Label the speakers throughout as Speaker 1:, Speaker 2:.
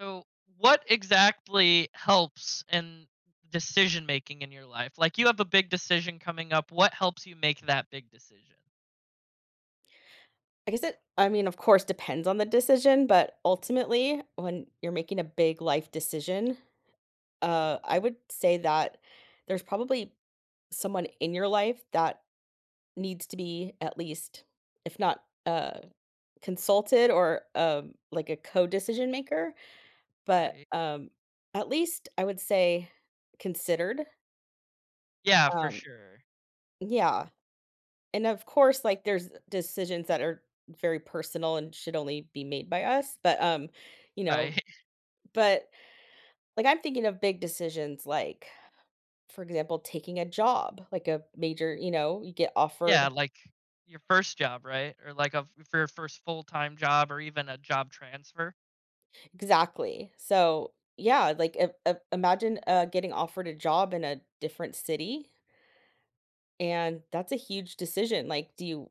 Speaker 1: So, what exactly helps in decision making in your life? Like, you have a big decision coming up. What helps you make that big decision?
Speaker 2: I guess it I mean, of course, depends on the decision, but ultimately, when you're making a big life decision, I would say that there's probably someone in your life that needs to be at least, if not, consulted or, like a co-decision maker. But,
Speaker 1: Right.
Speaker 2: um, at least I would say considered.
Speaker 1: Yeah, for
Speaker 2: Um,
Speaker 1: sure.
Speaker 2: yeah, and of course, like, there's decisions that are very personal and should only be made by us, you know,
Speaker 1: Right.
Speaker 2: but, like, I'm thinking of big decisions, like, for example, taking a job, like a major you know, You get
Speaker 1: Yeah,
Speaker 2: offered
Speaker 1: like your first job, right? Or like for your first full time job or even a job transfer.
Speaker 2: exactly. So, yeah, like, I imagine, getting offered a job in a different city, and that's a huge decision. Like, do you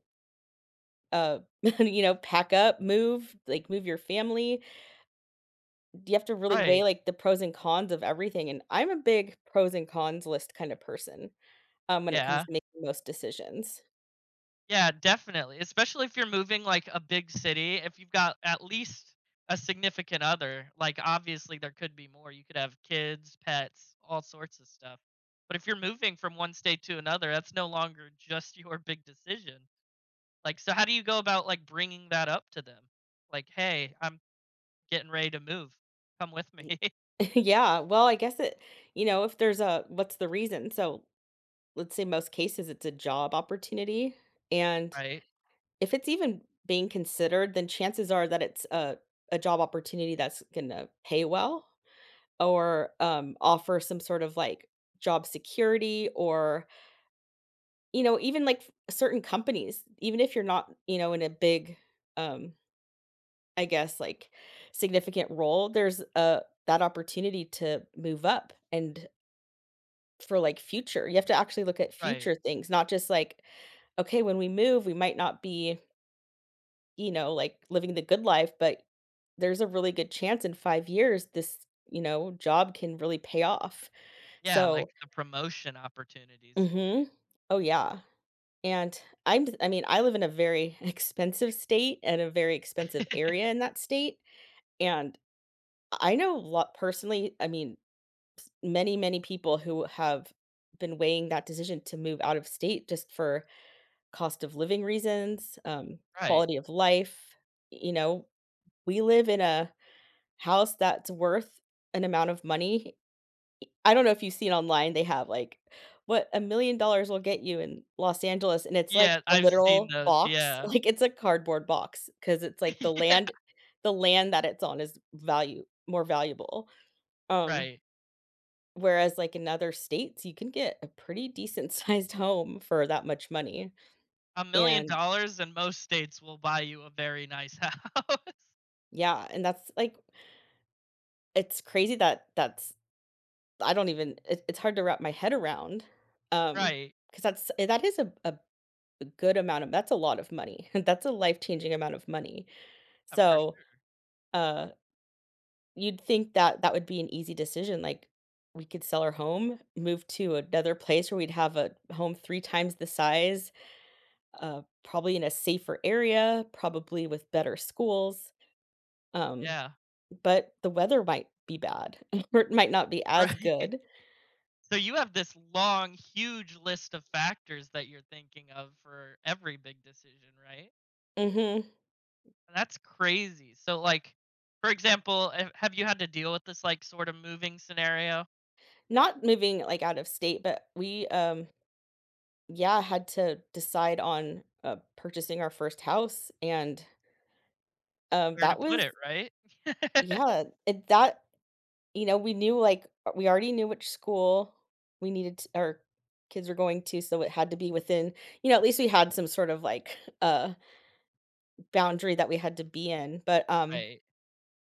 Speaker 2: uh, you know, pack up, move, like move your family. You have to really weigh
Speaker 1: Right.
Speaker 2: like the pros and cons of everything. And I'm a big pros and cons list kind of person when it comes
Speaker 1: Yeah.
Speaker 2: to making most decisions.
Speaker 1: Yeah, definitely, especially if you're moving, like, a big city, if you've got at least a significant other, like, obviously, there could be more, you could have kids, pets, all sorts of stuff, but if you're moving from one state to another, that's no longer just your big decision, like, so how do you go about, like, bringing that up to them? Like, "Hey, I'm getting ready to move, come with me."
Speaker 2: Y- yeah. Well, if there's a what's the reason? So let's say most cases it's a job opportunity. And
Speaker 1: Right,
Speaker 2: if it's even being considered, then chances are that it's a job opportunity that's going to pay well or, offer some sort of, like, job security or, you know, even, like, certain companies, even if you're not, you know, in a big, um, I guess, like, significant role, there's, that opportunity to move up and for, like, future you have to actually look at
Speaker 1: right,
Speaker 2: future things, not just, like, "Okay, when we move, we might not be, you know, like, living the good life, but there's a really good chance in 5 years this, you know, job can really pay off."
Speaker 1: yeah, like,
Speaker 2: So
Speaker 1: the promotion opportunities for you.
Speaker 2: mhm. Oh, yeah, and I mean, I live in a very expensive state and a very expensive area in that state, and I know a lot personally, I mean, many people who have been weighing that decision to move out of state just for cost of living reasons,
Speaker 1: Right,
Speaker 2: quality of life, you know, we live in a house that's worth an amount of money. I don't know if you've seen online, they have, like, "What $1,000,000 will get you in Los Angeles," and it's, like,
Speaker 1: yeah,
Speaker 2: a
Speaker 1: I've seen
Speaker 2: literal
Speaker 1: those,
Speaker 2: box,
Speaker 1: yeah.
Speaker 2: like, it's a cardboard box, because it's, like,
Speaker 1: Yeah.
Speaker 2: the land that it's on is value more valuable, um,
Speaker 1: Right.
Speaker 2: whereas, like, in other states, you can get a pretty decent sized home for that much money,
Speaker 1: A million
Speaker 2: and
Speaker 1: dollars in most states will buy you a very nice house.
Speaker 2: yeah, and that's, it's crazy that that's I don't even it it's hard to wrap my head around. Um,
Speaker 1: Right.
Speaker 2: because that's that is a good amount of that's a lot of money. That's a life-changing amount of money.
Speaker 1: Yeah, for
Speaker 2: So,
Speaker 1: sure.
Speaker 2: uh, you'd think that that would be an easy decision, like, we could sell our home, move to another place where we'd have a home 3 times the size, probably in a safer area, probably with better schools, um,
Speaker 1: Yeah.
Speaker 2: but the weather might be bad, or it might not be as
Speaker 1: Right.
Speaker 2: good.
Speaker 1: So you have this long, huge list of factors that you're thinking of for every big decision, right?
Speaker 2: Mhm.
Speaker 1: That's crazy. So, like, for example, ha have you had to deal with this, like, sort of moving scenario?
Speaker 2: Not moving, like, out of state, but we, yeah, had to decide on purchasing our first house. And
Speaker 1: Where to
Speaker 2: that
Speaker 1: put
Speaker 2: was,
Speaker 1: it, right?
Speaker 2: yeah, it, that, you know, we knew like we already knew which school we needed to, our kids were going to. So it had to be within, you know, at least we had some sort of like boundary that we had to be in. But
Speaker 1: Right.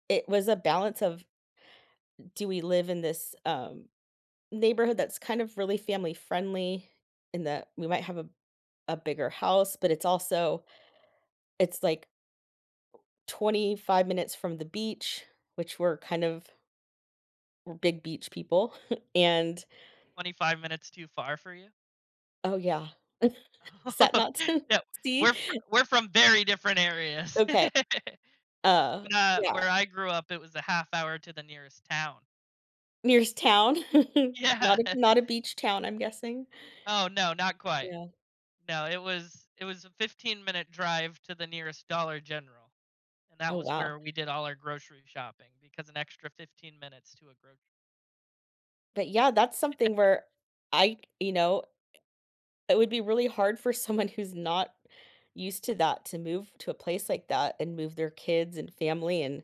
Speaker 2: it was a balance of do we live in this neighborhood that's kind of really family friendly in that we might have a bigger house, but it's also, it's like 25 minutes from the beach, which we're kind of we're big beach people, and
Speaker 1: 25 minutes too far for you?
Speaker 2: oh, yeah. Is that not to
Speaker 1: Yeah.
Speaker 2: see?
Speaker 1: We're from very different areas.
Speaker 2: Okay, uh,
Speaker 1: When,
Speaker 2: yeah,
Speaker 1: where I grew up, it was a half hour to the nearest town.
Speaker 2: nearest town. Not
Speaker 1: Yeah.
Speaker 2: a not a beach town, I'm guessing.
Speaker 1: Oh, no, not quite.
Speaker 2: Yeah.
Speaker 1: No, it was a 15-minute drive to the nearest Dollar General, and that
Speaker 2: Oh,
Speaker 1: was
Speaker 2: wow.
Speaker 1: where we did all our grocery shopping because an extra 15 minutes to a grocery.
Speaker 2: But, yeah, that's something where I you know, it would be really hard for someone who's not used to that to move to a place like that and move their kids and family, and,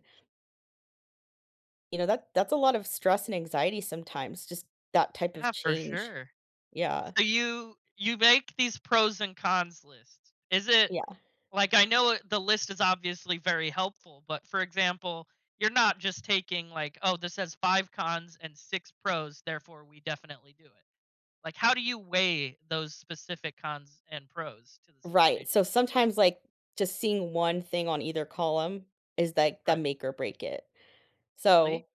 Speaker 2: you know, that's a lot of stress and anxiety sometimes, just that type of
Speaker 1: Yeah, for
Speaker 2: change.
Speaker 1: sure.
Speaker 2: Yeah,
Speaker 1: So you make these pros and cons lists. Is it
Speaker 2: yeah,
Speaker 1: like I know the list is obviously very helpful, but for example, you're not just taking like, "Oh, this has 5 cons and 6 pros, therefore we definitely do it." Like, how do you weigh those specific cons and pros to the
Speaker 2: right,
Speaker 1: situation?
Speaker 2: so sometimes, like, just seeing one thing on either column is, like, the
Speaker 1: Right.
Speaker 2: make or break it.
Speaker 1: Really?
Speaker 2: So,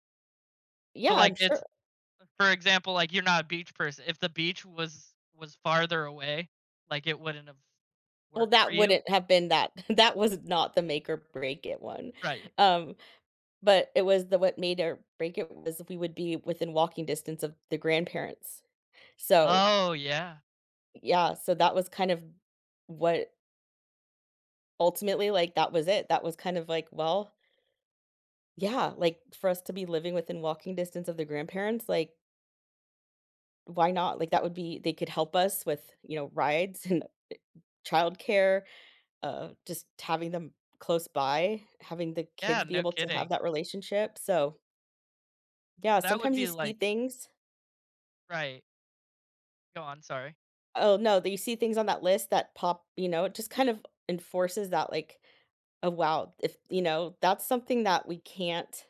Speaker 2: yeah,
Speaker 1: So, like,
Speaker 2: I'm
Speaker 1: it's
Speaker 2: sure
Speaker 1: for example, like, you're not a beach person. If the beach was farther away, like, it wouldn't have
Speaker 2: well,
Speaker 1: worked for
Speaker 2: that
Speaker 1: you?
Speaker 2: wouldn't have been that that was not the make or break it one,
Speaker 1: Right.
Speaker 2: um, but it was the what made or break it was we would be within walking distance of the grandparents. So,
Speaker 1: Oh, yeah.
Speaker 2: yeah, so that was kind of what ultimately, like, that was it, that was kind of like, well, yeah, like, for us to be living within walking distance of the grandparents, like why not? Like, that would be they could help us with, you know, rides and childcare, just having them close by, having the
Speaker 1: Yeah,
Speaker 2: kids be
Speaker 1: no
Speaker 2: able to have
Speaker 1: kidding.
Speaker 2: that relationship, so, yeah,
Speaker 1: So, that would
Speaker 2: sometimes you
Speaker 1: be
Speaker 2: see
Speaker 1: like
Speaker 2: things.
Speaker 1: right. Go on, sorry.
Speaker 2: Oh, no, that you see things on that list that pop you know, it just kind of enforces that, like, "Oh, wow," if you know, that's something that we can't,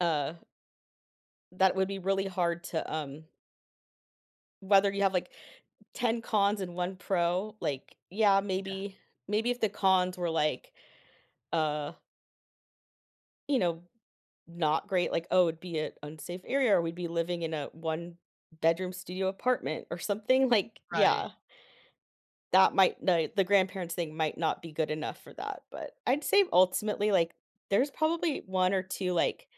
Speaker 2: uh that would be really hard to, whether you have, like, 10 cons and 1 pro, like, yeah,
Speaker 1: Yeah,
Speaker 2: maybe maybe if the cons were like, uh you know, not great, like, oh, it'd be an unsafe area or we'd be living in a one-bedroom studio apartment or something, like yeah,
Speaker 1: right,
Speaker 2: that might the grandparents thing might not be good enough for that, but I'd say ultimately, like, there's probably 1 or 2, like,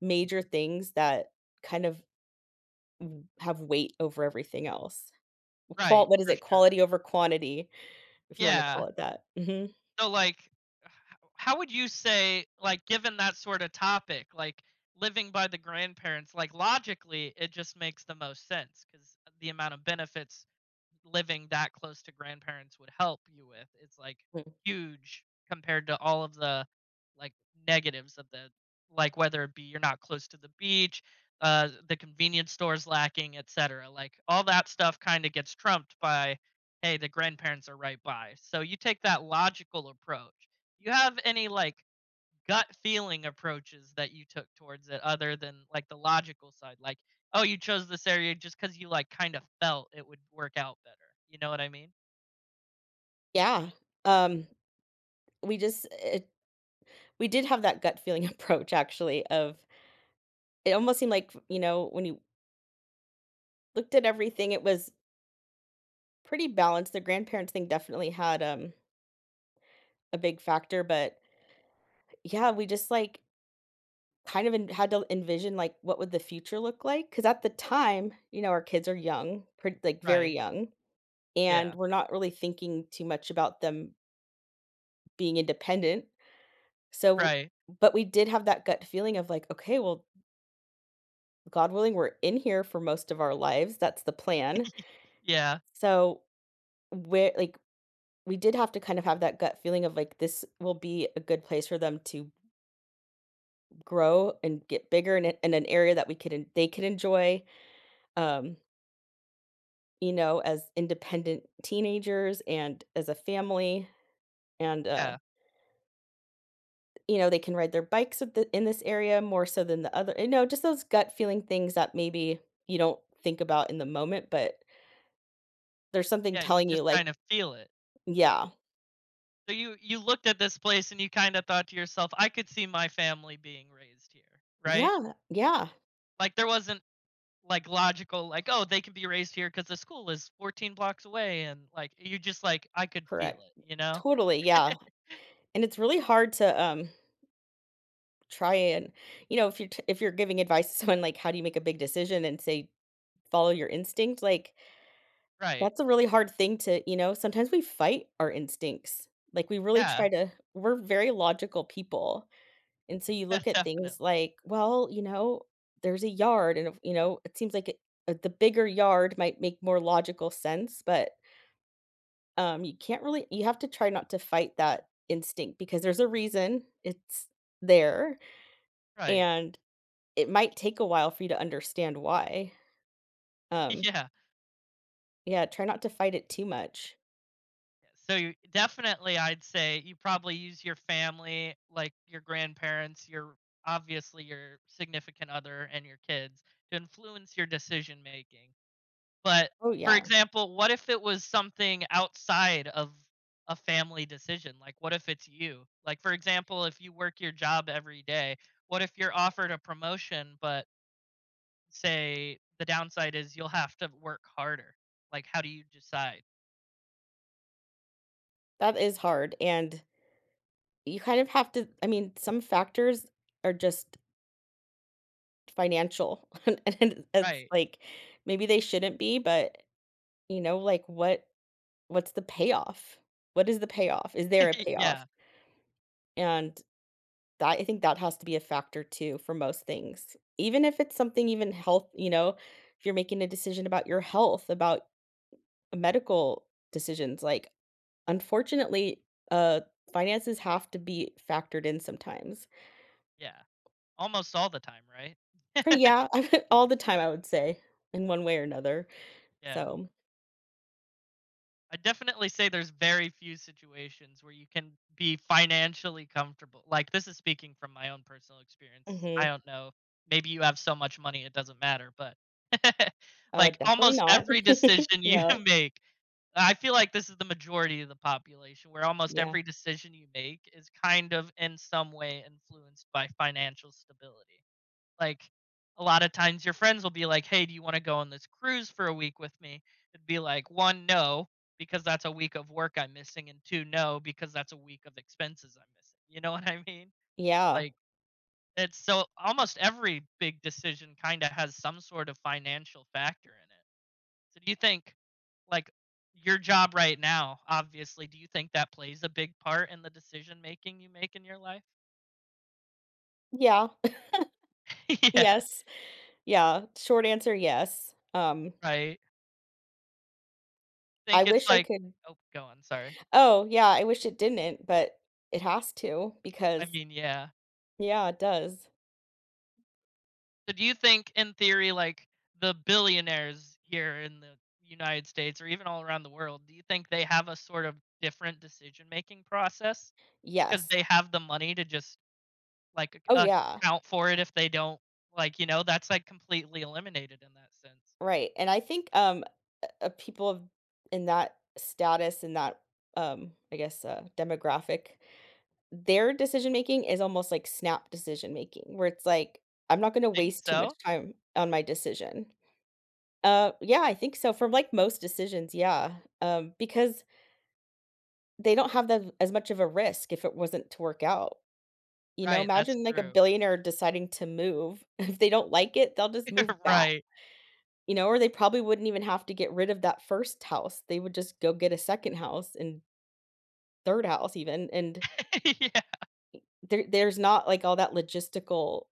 Speaker 2: major things that kind of have weight over everything else. Qual
Speaker 1: right,
Speaker 2: what is
Speaker 1: for
Speaker 2: it?
Speaker 1: sure.
Speaker 2: Quality over quantity, if you wanna
Speaker 1: Yeah.
Speaker 2: call it that. Mhm.
Speaker 1: So, like, h- how would you say, like, given that sort of topic, like living by the grandparents, like logically, it just makes the most sense because the amount of benefits living that close to grandparents would help you with. It's like
Speaker 2: Mm.
Speaker 1: huge compared to all of the like negatives of the like whether it be you're not close to the beach, the convenience stores lacking, etc. Like all that stuff kind of gets trumped by hey, the grandparents are right by. So you take that logical approach. Do you have any like gut feeling approaches that you took towards it other than like the logical side like oh you chose this area just because you like kind of felt it would work out better, you know what I mean?
Speaker 2: Yeah. Um, we just it we did have that gut feeling approach actually of it almost seemed like, you know, when you looked at everything, it was pretty balanced. The grandparents thing definitely had a big factor, but yeah, we just like kind of had to envision like what would the future look like because at the time, you know, our kids are young, pretty, like very
Speaker 1: Right.
Speaker 2: young,
Speaker 1: Yeah.
Speaker 2: and we're not really thinking too much about them being independent. So,
Speaker 1: Right.
Speaker 2: but we did have that gut feeling of like, okay, well, God willing, we're in here for most of our lives. That's the plan.
Speaker 1: Yeah,
Speaker 2: So, where like we did have to kind of have that gut feeling of like this will be a good place for them to grow and get bigger and in an area that we could they could enjoy um you know as independent teenagers and as a family and
Speaker 1: yeah.
Speaker 2: you know they can ride their bikes at in this area more so than the other you know just those gut feeling things that maybe you don't think about in the moment but there's something
Speaker 1: Yeah, you
Speaker 2: telling you
Speaker 1: just
Speaker 2: like
Speaker 1: kind of feel it.
Speaker 2: yeah
Speaker 1: So you looked at this place and you kind of thought to yourself I could see my family being raised here, right?
Speaker 2: yeah yeah
Speaker 1: Like there wasn't like logical like oh they could be raised here because the school is 14 blocks away, and like you just like I could feel
Speaker 2: correct
Speaker 1: it, you know?
Speaker 2: totally yeah and it's really hard to try and you know, if you're t if you're giving advice to someone, like, how do you make a big decision and say, "Follow your instinct," like,
Speaker 1: Right.
Speaker 2: that's a really hard thing to you know, sometimes we fight our instincts. Like, we really
Speaker 1: Yeah.
Speaker 2: try to we're very logical people, and so you
Speaker 1: Yeah,
Speaker 2: look at
Speaker 1: definitely.
Speaker 2: things like, well, you know, there's a yard and if you know, it seems like it the bigger yard might make more logical sense, but, you can't really you have to try not to fight that instinct because there's a reason it's there,
Speaker 1: Right.
Speaker 2: and it might take a while for you to understand why. Um,
Speaker 1: Yeah.
Speaker 2: yeah, try not to fight it too much.
Speaker 1: So you definitely I'd say you probably use your family, like your grandparents, your obviously your significant other and your kids to influence your decision making. But
Speaker 2: Oh,
Speaker 1: for
Speaker 2: yeah.
Speaker 1: example, what if it was something outside of a family decision? Like what if it's you? Like for example, if you work your job every day, what if you're offered a promotion but say the downside is you'll have to work harder? Like how do you decide?
Speaker 2: That is hard, and you kind of have to I mean, some factors are just financial, and it's
Speaker 1: Right.
Speaker 2: like, maybe they shouldn't be, but, you know, like, what's the payoff? What is the payoff? Is there a payoff?
Speaker 1: Yeah,
Speaker 2: And that I think that has to be a factor too for most things. Even if it's something even health you know, if you're making a decision about your health, about medical decisions like unfortunately uh finances have to be factored in sometimes
Speaker 1: yeah. Almost all the time, right?
Speaker 2: pretty yeah all the time I would say in one way or another
Speaker 1: Yeah.
Speaker 2: so
Speaker 1: I definitely say there's very few situations where you can be financially comfortable. Like, this is speaking from my own personal experience. I
Speaker 2: mhm.
Speaker 1: don't know, maybe you have so much money it doesn't matter, but,
Speaker 2: Oh
Speaker 1: like,
Speaker 2: definitely
Speaker 1: almost
Speaker 2: not.
Speaker 1: every decision you
Speaker 2: Yeah
Speaker 1: make, I feel like this is the majority of the population, where almost
Speaker 2: yeah
Speaker 1: every decision you make is kind of in some way influenced by financial stability. Like a lot of times your friends will be like, "Hey, do you want to go on this cruise for a week with me?" It'd be like, "One, no, because that's a week of work I'm missing, and two, no, because that's a week of expenses I'm missing." You know what I mean?
Speaker 2: yeah
Speaker 1: Like it's so almost every big decision kind of has some sort of financial factor in it. So do you think like your job right now, obviously, do you think that plays a big part in the decision making you make in your life?
Speaker 2: yeah
Speaker 1: Yeah.
Speaker 2: yes yeah short answer yes
Speaker 1: Right.
Speaker 2: I
Speaker 1: Think it's
Speaker 2: wish I
Speaker 1: like,
Speaker 2: could
Speaker 1: oh, go on. Sorry.
Speaker 2: oh yeah I wish it didn't but it has to
Speaker 1: I
Speaker 2: because
Speaker 1: mean, yeah.
Speaker 2: yeah it does
Speaker 1: So do you think in theory, like the billionaires here in the United States or even all around the world, do you think they have a sort of different decision making process? Because
Speaker 2: yes
Speaker 1: they have the money to just like
Speaker 2: oh yeah
Speaker 1: account for it if they don't like, you know, that's like completely eliminated in that sense.
Speaker 2: right, and I think, people of in that status, in that, I guess, demographic, their decision making is almost like snap decision making, where it's like, "I'm not gonna
Speaker 1: Think
Speaker 2: waste too much
Speaker 1: so?
Speaker 2: time on my decision." Yeah, I think so, for, like, most decisions, yeah, because they don't have the as much of a risk if it wasn't to work out, you know?
Speaker 1: Right, that's
Speaker 2: Imagine, like, a
Speaker 1: true.
Speaker 2: billionaire deciding to move. If they don't like it, they'll just move back.
Speaker 1: Right.
Speaker 2: You know, or they probably wouldn't even have to get rid of that first house. They would just go get a second house and third house even, and
Speaker 1: Yeah,
Speaker 2: there's not, like, all that logistical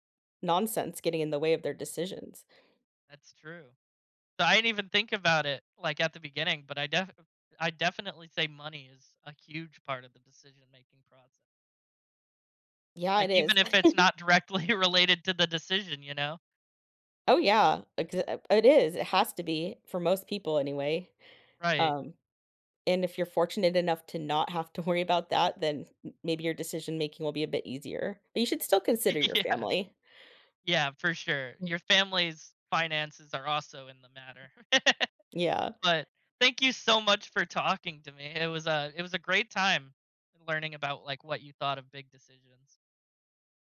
Speaker 2: nonsense getting in the way of their decisions.
Speaker 1: that's true. So I didn't even think about it like at the beginning, but I definitely say money is a huge part of the decision making process.
Speaker 2: Yeah,
Speaker 1: Like,
Speaker 2: it is.
Speaker 1: even if it's not directly related to the decision, you know?
Speaker 2: Oh, yeah, ex it is, it has to be for most people anyway,
Speaker 1: Right.
Speaker 2: um, and if you're fortunate enough to not have to worry about that, then m maybe your decision making will be a bit easier, but you should still consider your
Speaker 1: Yeah.
Speaker 2: family.
Speaker 1: Yeah, for sure.
Speaker 2: Mm,
Speaker 1: Your family's finances are also in the matter.
Speaker 2: yeah.
Speaker 1: But thank you so much for talking to me. It was a great time learning about, like, what you thought of big decisions.